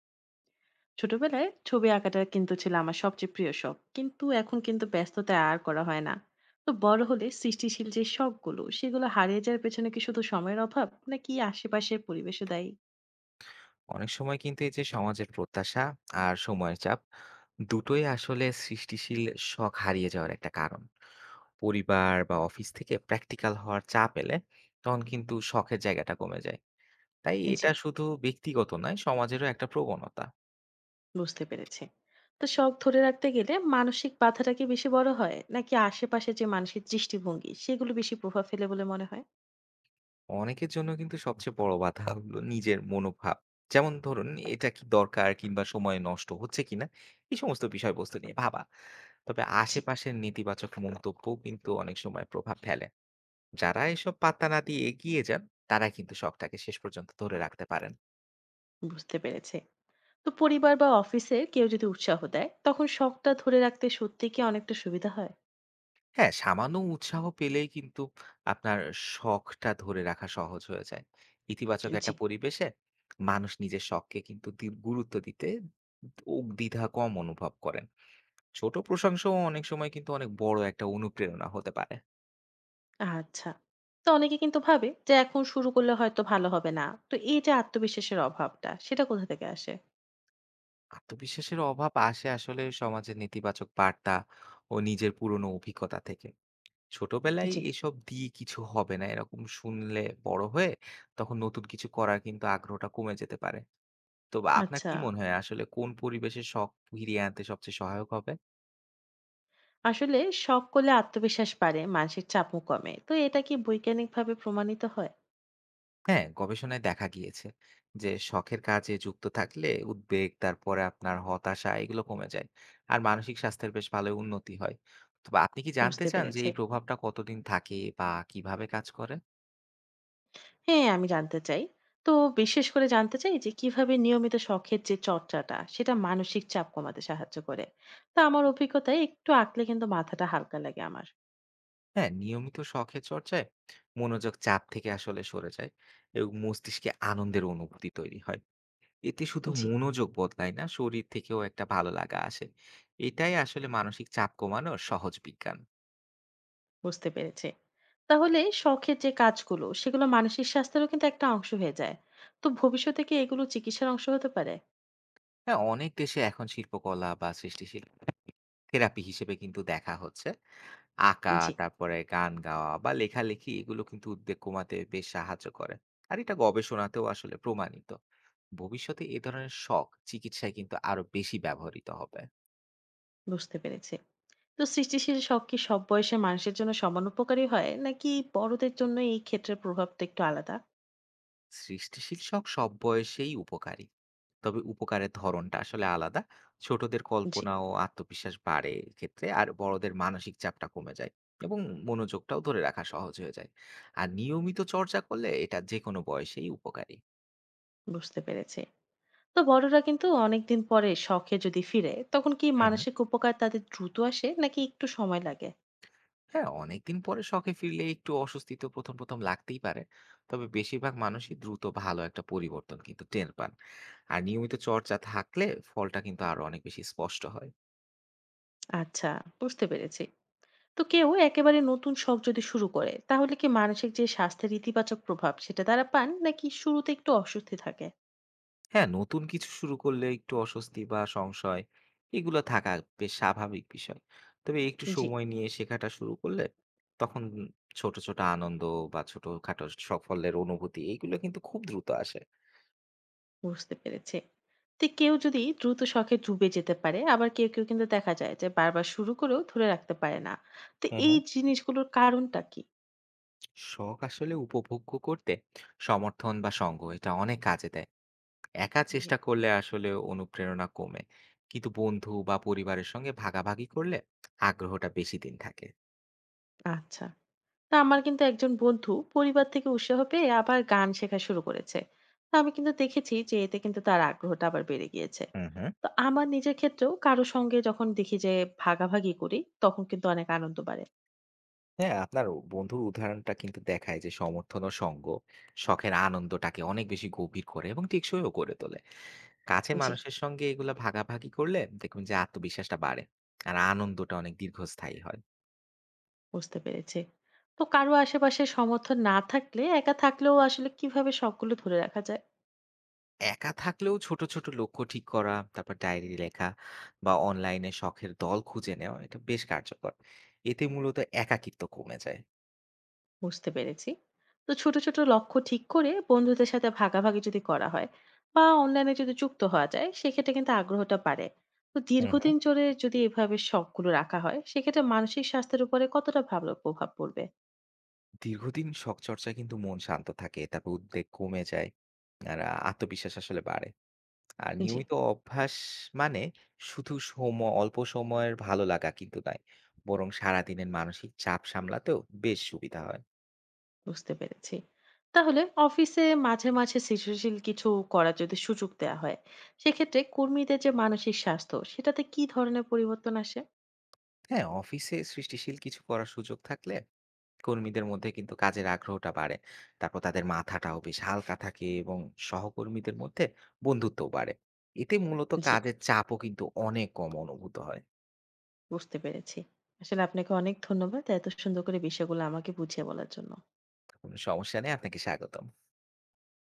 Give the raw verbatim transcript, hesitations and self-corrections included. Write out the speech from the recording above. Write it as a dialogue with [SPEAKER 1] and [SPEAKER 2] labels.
[SPEAKER 1] ছোটবেলায় ছবি আঁকাটা কিন্তু ছিল আমার সবচেয়ে প্রিয় শখ, কিন্তু এখন কিন্তু ব্যস্ততায় আর করা হয় না। তো বড় হলে সৃষ্টিশীল যে শখগুলো সেগুলো হারিয়ে যাওয়ার পেছনে কি শুধু সময়ের অভাব, নাকি আশেপাশের পরিবেশও দায়ী?
[SPEAKER 2] অনেক সময় কিন্তু এই যে সমাজের প্রত্যাশা আর সময়ের চাপ দুটোই আসলে সৃষ্টিশীল শখ হারিয়ে যাওয়ার একটা কারণ। পরিবার বা অফিস থেকে প্র্যাকটিক্যাল হওয়ার চাপ এলে তখন কিন্তু শখের জায়গাটা কমে যায়। তাই
[SPEAKER 1] জি,
[SPEAKER 2] এটা শুধু ব্যক্তিগত নয়, সমাজেরও একটা প্রবণতা।
[SPEAKER 1] বুঝতে পেরেছি। তো শখ ধরে রাখতে গেলে মানসিক বাধাটা কি বেশি বড় হয়, নাকি আশেপাশে যে মানুষের দৃষ্টিভঙ্গি সেগুলো বেশি প্রভাব ফেলে বলে মনে হয়?
[SPEAKER 2] অনেকের জন্য কিন্তু সবচেয়ে বড় বাধা হলো নিজের মনোভাব। যেমন ধরুন, এটা কি দরকার কিংবা সময় নষ্ট হচ্ছে কিনা, এই সমস্ত বিষয়বস্তু নিয়ে ভাবা। তবে
[SPEAKER 1] জি,
[SPEAKER 2] আশেপাশের নেতিবাচক মন্তব্য কিন্তু অনেক সময় প্রভাব ফেলে। যারা এসব পাত্তা না দিয়ে এগিয়ে যান, তারা কিন্তু শখটাকে শেষ পর্যন্ত ধরে রাখতে পারেন।
[SPEAKER 1] বুঝতে পেরেছে। তো পরিবার বা অফিসে কেউ যদি উৎসাহ দেয় তখন শখটা ধরে রাখতে সত্যি কি অনেকটা সুবিধা হয়?
[SPEAKER 2] হ্যাঁ, সামান্য উৎসাহ পেলেই কিন্তু আপনার শখটা ধরে রাখা সহজ হয়ে যায়। ইতিবাচক
[SPEAKER 1] জি,
[SPEAKER 2] একটা পরিবেশে মানুষ নিজের শখকে কিন্তু দি- গুরুত্ব দিতে ও দ্বিধা কম অনুভব করেন। ছোট প্রশংসাও অনেক সময় কিন্তু অনেক বড় একটা অনুপ্রেরণা হতে পারে।
[SPEAKER 1] আচ্ছা। তো অনেকে কিন্তু ভাবে যে এখন শুরু করলে হয়তো ভালো হবে না। তো এই যে আত্মবিশ্বাসের অভাবটা সেটা কোথা থেকে আসে?
[SPEAKER 2] আত্মবিশ্বাসের অভাব আসে আসলে সমাজের নেতিবাচক বার্তা ও নিজের পুরনো অভিজ্ঞতা থেকে। ছোটবেলায়
[SPEAKER 1] জি।
[SPEAKER 2] এসব দিয়ে কিছু হবে না এরকম শুনলে, বড় হয়ে তখন নতুন কিছু করার কিন্তু আগ্রহটা কমে যেতে পারে। তো বা আপনার
[SPEAKER 1] আচ্ছা।
[SPEAKER 2] কি মনে হয় আসলে কোন পরিবেশে শখ ফিরিয়ে আনতে সবচেয়ে সহায়ক হবে?
[SPEAKER 1] আসলে শখ করলে আত্মবিশ্বাস বাড়ে, মানসিক চাপও কমে। তো এটা কি বৈজ্ঞানিকভাবে প্রমাণিত হয়?
[SPEAKER 2] হ্যাঁ, গবেষণায় দেখা গিয়েছে যে শখের কাজে যুক্ত থাকলে উদ্বেগ, তারপরে আপনার হতাশা, এগুলো কমে যায়। আর মানসিক স্বাস্থ্যের বেশ ভালোই উন্নতি হয়। তো বা আপনি কি জানতে
[SPEAKER 1] বুঝতে
[SPEAKER 2] চান যে
[SPEAKER 1] পেরেছি।
[SPEAKER 2] এই প্রভাবটা কতদিন থাকে বা কিভাবে কাজ করে?
[SPEAKER 1] হ্যাঁ, আমি জানতে চাই। তো বিশেষ করে জানতে চাই যে কিভাবে নিয়মিত শখের যে চর্চাটা সেটা মানসিক চাপ কমাতে সাহায্য করে। তা আমার অভিজ্ঞতায় একটু আঁকলে কিন্তু মাথাটা হালকা লাগে আমার।
[SPEAKER 2] হ্যাঁ, নিয়মিত শখের চর্চায় মনোযোগ চাপ থেকে আসলে সরে যায় এবং মস্তিষ্কে আনন্দের অনুভূতি তৈরি হয়। এতে শুধু
[SPEAKER 1] জি,
[SPEAKER 2] মনোযোগ বদলায় না, শরীর থেকেও একটা ভালো লাগা আসে। এটাই আসলে মানসিক চাপ কমানোর সহজ বিজ্ঞান।
[SPEAKER 1] বুঝতে পেরেছি। তাহলে শখের যে কাজগুলো সেগুলো মানসিক স্বাস্থ্যেরও কিন্তু একটা অংশ হয়ে যায়। তো ভবিষ্যতে কি এগুলো চিকিৎসার অংশ হতে পারে?
[SPEAKER 2] হ্যাঁ, অনেক দেশে এখন শিল্পকলা বা সৃষ্টিশীল থেরাপি হিসেবে কিন্তু দেখা হচ্ছে। আঁকা,
[SPEAKER 1] জি,
[SPEAKER 2] তারপরে গান গাওয়া বা লেখালেখি, এগুলো কিন্তু উদ্বেগ কমাতে বেশ সাহায্য করে। আর এটা গবেষণাতেও আসলে প্রমাণিত। ভবিষ্যতে এ ধরনের শখ চিকিৎসায় কিন্তু আরো বেশি ব্যবহৃত হবে।
[SPEAKER 1] বুঝতে পেরেছি। তো সৃষ্টিশীল শখ কি সব বয়সে মানুষের জন্য সমান উপকারী হয়, নাকি বড়দের জন্য এই ক্ষেত্রের প্রভাবটা একটু আলাদা?
[SPEAKER 2] সৃষ্টিশীল শখ সব বয়সেই উপকারী, তবে উপকারের ধরনটা আসলে আলাদা। ছোটদের
[SPEAKER 1] জি,
[SPEAKER 2] কল্পনা ও আত্মবিশ্বাস বাড়ে ক্ষেত্রে, আর বড়দের মানসিক চাপটা কমে যায় এবং মনোযোগটাও ধরে রাখা সহজ হয়ে যায়। আর নিয়মিত চর্চা করলে এটা যে কোনো বয়সেই উপকারী।
[SPEAKER 1] বুঝতে পেরেছি। তো বড়রা কিন্তু অনেকদিন পরে শখে যদি ফিরে তখন কি
[SPEAKER 2] হুম হুম
[SPEAKER 1] মানসিক উপকার তাদের দ্রুত আসে, নাকি একটু সময় লাগে?
[SPEAKER 2] হ্যাঁ অনেকদিন পরে শখে ফিরলে একটু অস্বস্তি তো প্রথম প্রথম লাগতেই পারে। তবে বেশিরভাগ মানুষই দ্রুত ভালো একটা পরিবর্তন কিন্তু টের পান। আর নিয়মিত চর্চা থাকলে ফলটা কিন্তু আরো অনেক বেশি স্পষ্ট হয়।
[SPEAKER 1] আচ্ছা, বুঝতে পেরেছি। তো কেউ একেবারে নতুন শখ যদি শুরু করে তাহলে কি মানসিক যে স্বাস্থ্যের ইতিবাচক প্রভাব সেটা তারা পান, নাকি শুরুতে একটু অস্বস্তি থাকে?
[SPEAKER 2] হ্যাঁ, নতুন কিছু শুরু করলে একটু অস্বস্তি বা সংশয়, এগুলো থাকা বেশ স্বাভাবিক বিষয়। তবে একটু
[SPEAKER 1] জি,
[SPEAKER 2] সময় নিয়ে শেখাটা শুরু করলে তখন ছোট, ছোট আনন্দ বা ছোটখাটো সাফল্যের অনুভূতি, এগুলো কিন্তু খুব দ্রুত আসে।
[SPEAKER 1] বুঝতে পেরেছে। তো কেউ যদি দ্রুত শখে ডুবে যেতে পারে, আবার কেউ কেউ কিন্তু দেখা যায় যে বারবার শুরু করেও ধরে রাখতে পারে না। তো
[SPEAKER 2] হুম,
[SPEAKER 1] এই
[SPEAKER 2] হুম।
[SPEAKER 1] জিনিসগুলোর কারণটা কি?
[SPEAKER 2] শখ আসলে উপভোগ্য করতে সমর্থন বা সঙ্গ এটা অনেক কাজে দেয়। একা
[SPEAKER 1] জি,
[SPEAKER 2] চেষ্টা করলে আসলে অনুপ্রেরণা কমে। কিন্তু বন্ধু বা পরিবারের সঙ্গে ভাগাভাগি করলে আগ্রহটা বেশি দিন থাকে।
[SPEAKER 1] আচ্ছা। তা আমার কিন্তু একজন বন্ধু পরিবার থেকে উৎসাহ পেয়ে আবার গান শেখা শুরু করেছে। তা আমি কিন্তু দেখেছি যে এতে কিন্তু তার আগ্রহটা আবার বেড়ে গিয়েছে।
[SPEAKER 2] হুম, হুম।
[SPEAKER 1] তো আমার নিজের ক্ষেত্রেও কারো সঙ্গে যখন দেখি যে ভাগাভাগি করি, তখন কিন্তু অনেক আনন্দ বাড়ে।
[SPEAKER 2] হ্যাঁ, আপনার বন্ধুর উদাহরণটা কিন্তু দেখায় যে সমর্থন ও সঙ্গ শখের আনন্দটাকে অনেক বেশি গভীর করে এবং টেকসইও করে তোলে। কাছের হুম।
[SPEAKER 1] জি,
[SPEAKER 2] মানুষের সঙ্গে এগুলো ভাগাভাগি করলে দেখবেন যে আত্মবিশ্বাসটা বাড়ে আর আনন্দটা অনেক দীর্ঘস্থায়ী হয়।
[SPEAKER 1] বুঝতে পেরেছি। তো কারো আশেপাশে সমর্থন না থাকলে, একা থাকলেও আসলে কিভাবে সবগুলো ধরে রাখা যায়?
[SPEAKER 2] একা থাকলেও ছোট, ছোট লক্ষ্য ঠিক করা, তারপর ডায়েরি লেখা বা অনলাইনে শখের দল খুঁজে নেওয়া, এটা বেশ কার্যকর। এতে মূলত একাকিত্ব কমে যায়।
[SPEAKER 1] বুঝতে পেরেছি। তো ছোট ছোট লক্ষ্য ঠিক করে বন্ধুদের সাথে ভাগাভাগি যদি করা হয় বা অনলাইনে যদি যুক্ত হওয়া যায়, সেক্ষেত্রে কিন্তু আগ্রহটা বাড়ে। তো
[SPEAKER 2] হুম, হুম।
[SPEAKER 1] দীর্ঘদিন ধরে যদি এভাবে শখগুলো রাখা হয় সেক্ষেত্রে মানসিক স্বাস্থ্যের উপরে কতটা ভালো প্রভাব পড়বে?
[SPEAKER 2] দীর্ঘদিন শখ চর্চায় কিন্তু মন শান্ত থাকে, তারপর উদ্বেগ কমে যায় আর আত্মবিশ্বাস আসলে বাড়ে। আর
[SPEAKER 1] জি,
[SPEAKER 2] নিয়মিত অভ্যাস মানে শুধু সম অল্প সময়ের ভালো লাগা কিন্তু নয়, বরং সারাদিনের মানসিক চাপ সামলাতেও বেশ সুবিধা হয়।
[SPEAKER 1] বুঝতে পেরেছি। তাহলে অফিসে মাঝে মাঝে সৃজনশীল কিছু করার যদি সুযোগ দেওয়া হয়, সেক্ষেত্রে কর্মীদের যে মানসিক স্বাস্থ্য সেটাতে কি ধরনের পরিবর্তন আসে?
[SPEAKER 2] হ্যাঁ, অফিসে সৃষ্টিশীল কিছু করার সুযোগ থাকলে কর্মীদের মধ্যে কিন্তু কাজের আগ্রহটা বাড়ে। তারপর তাদের মাথাটাও বেশ হালকা থাকে এবং সহকর্মীদের মধ্যে বন্ধুত্বও বাড়ে। এতে মূলত
[SPEAKER 1] জি,
[SPEAKER 2] কাজের চাপও কিন্তু অনেক কম অনুভূত হয়।
[SPEAKER 1] বুঝতে পেরেছি। আসলে আপনাকে অনেক ধন্যবাদ। এত সুন্দর করে বিষয়গুলো আমাকে বুঝিয়ে বলার জন্য।
[SPEAKER 2] কোনো সমস্যা নেই, আপনাকে স্বাগতম।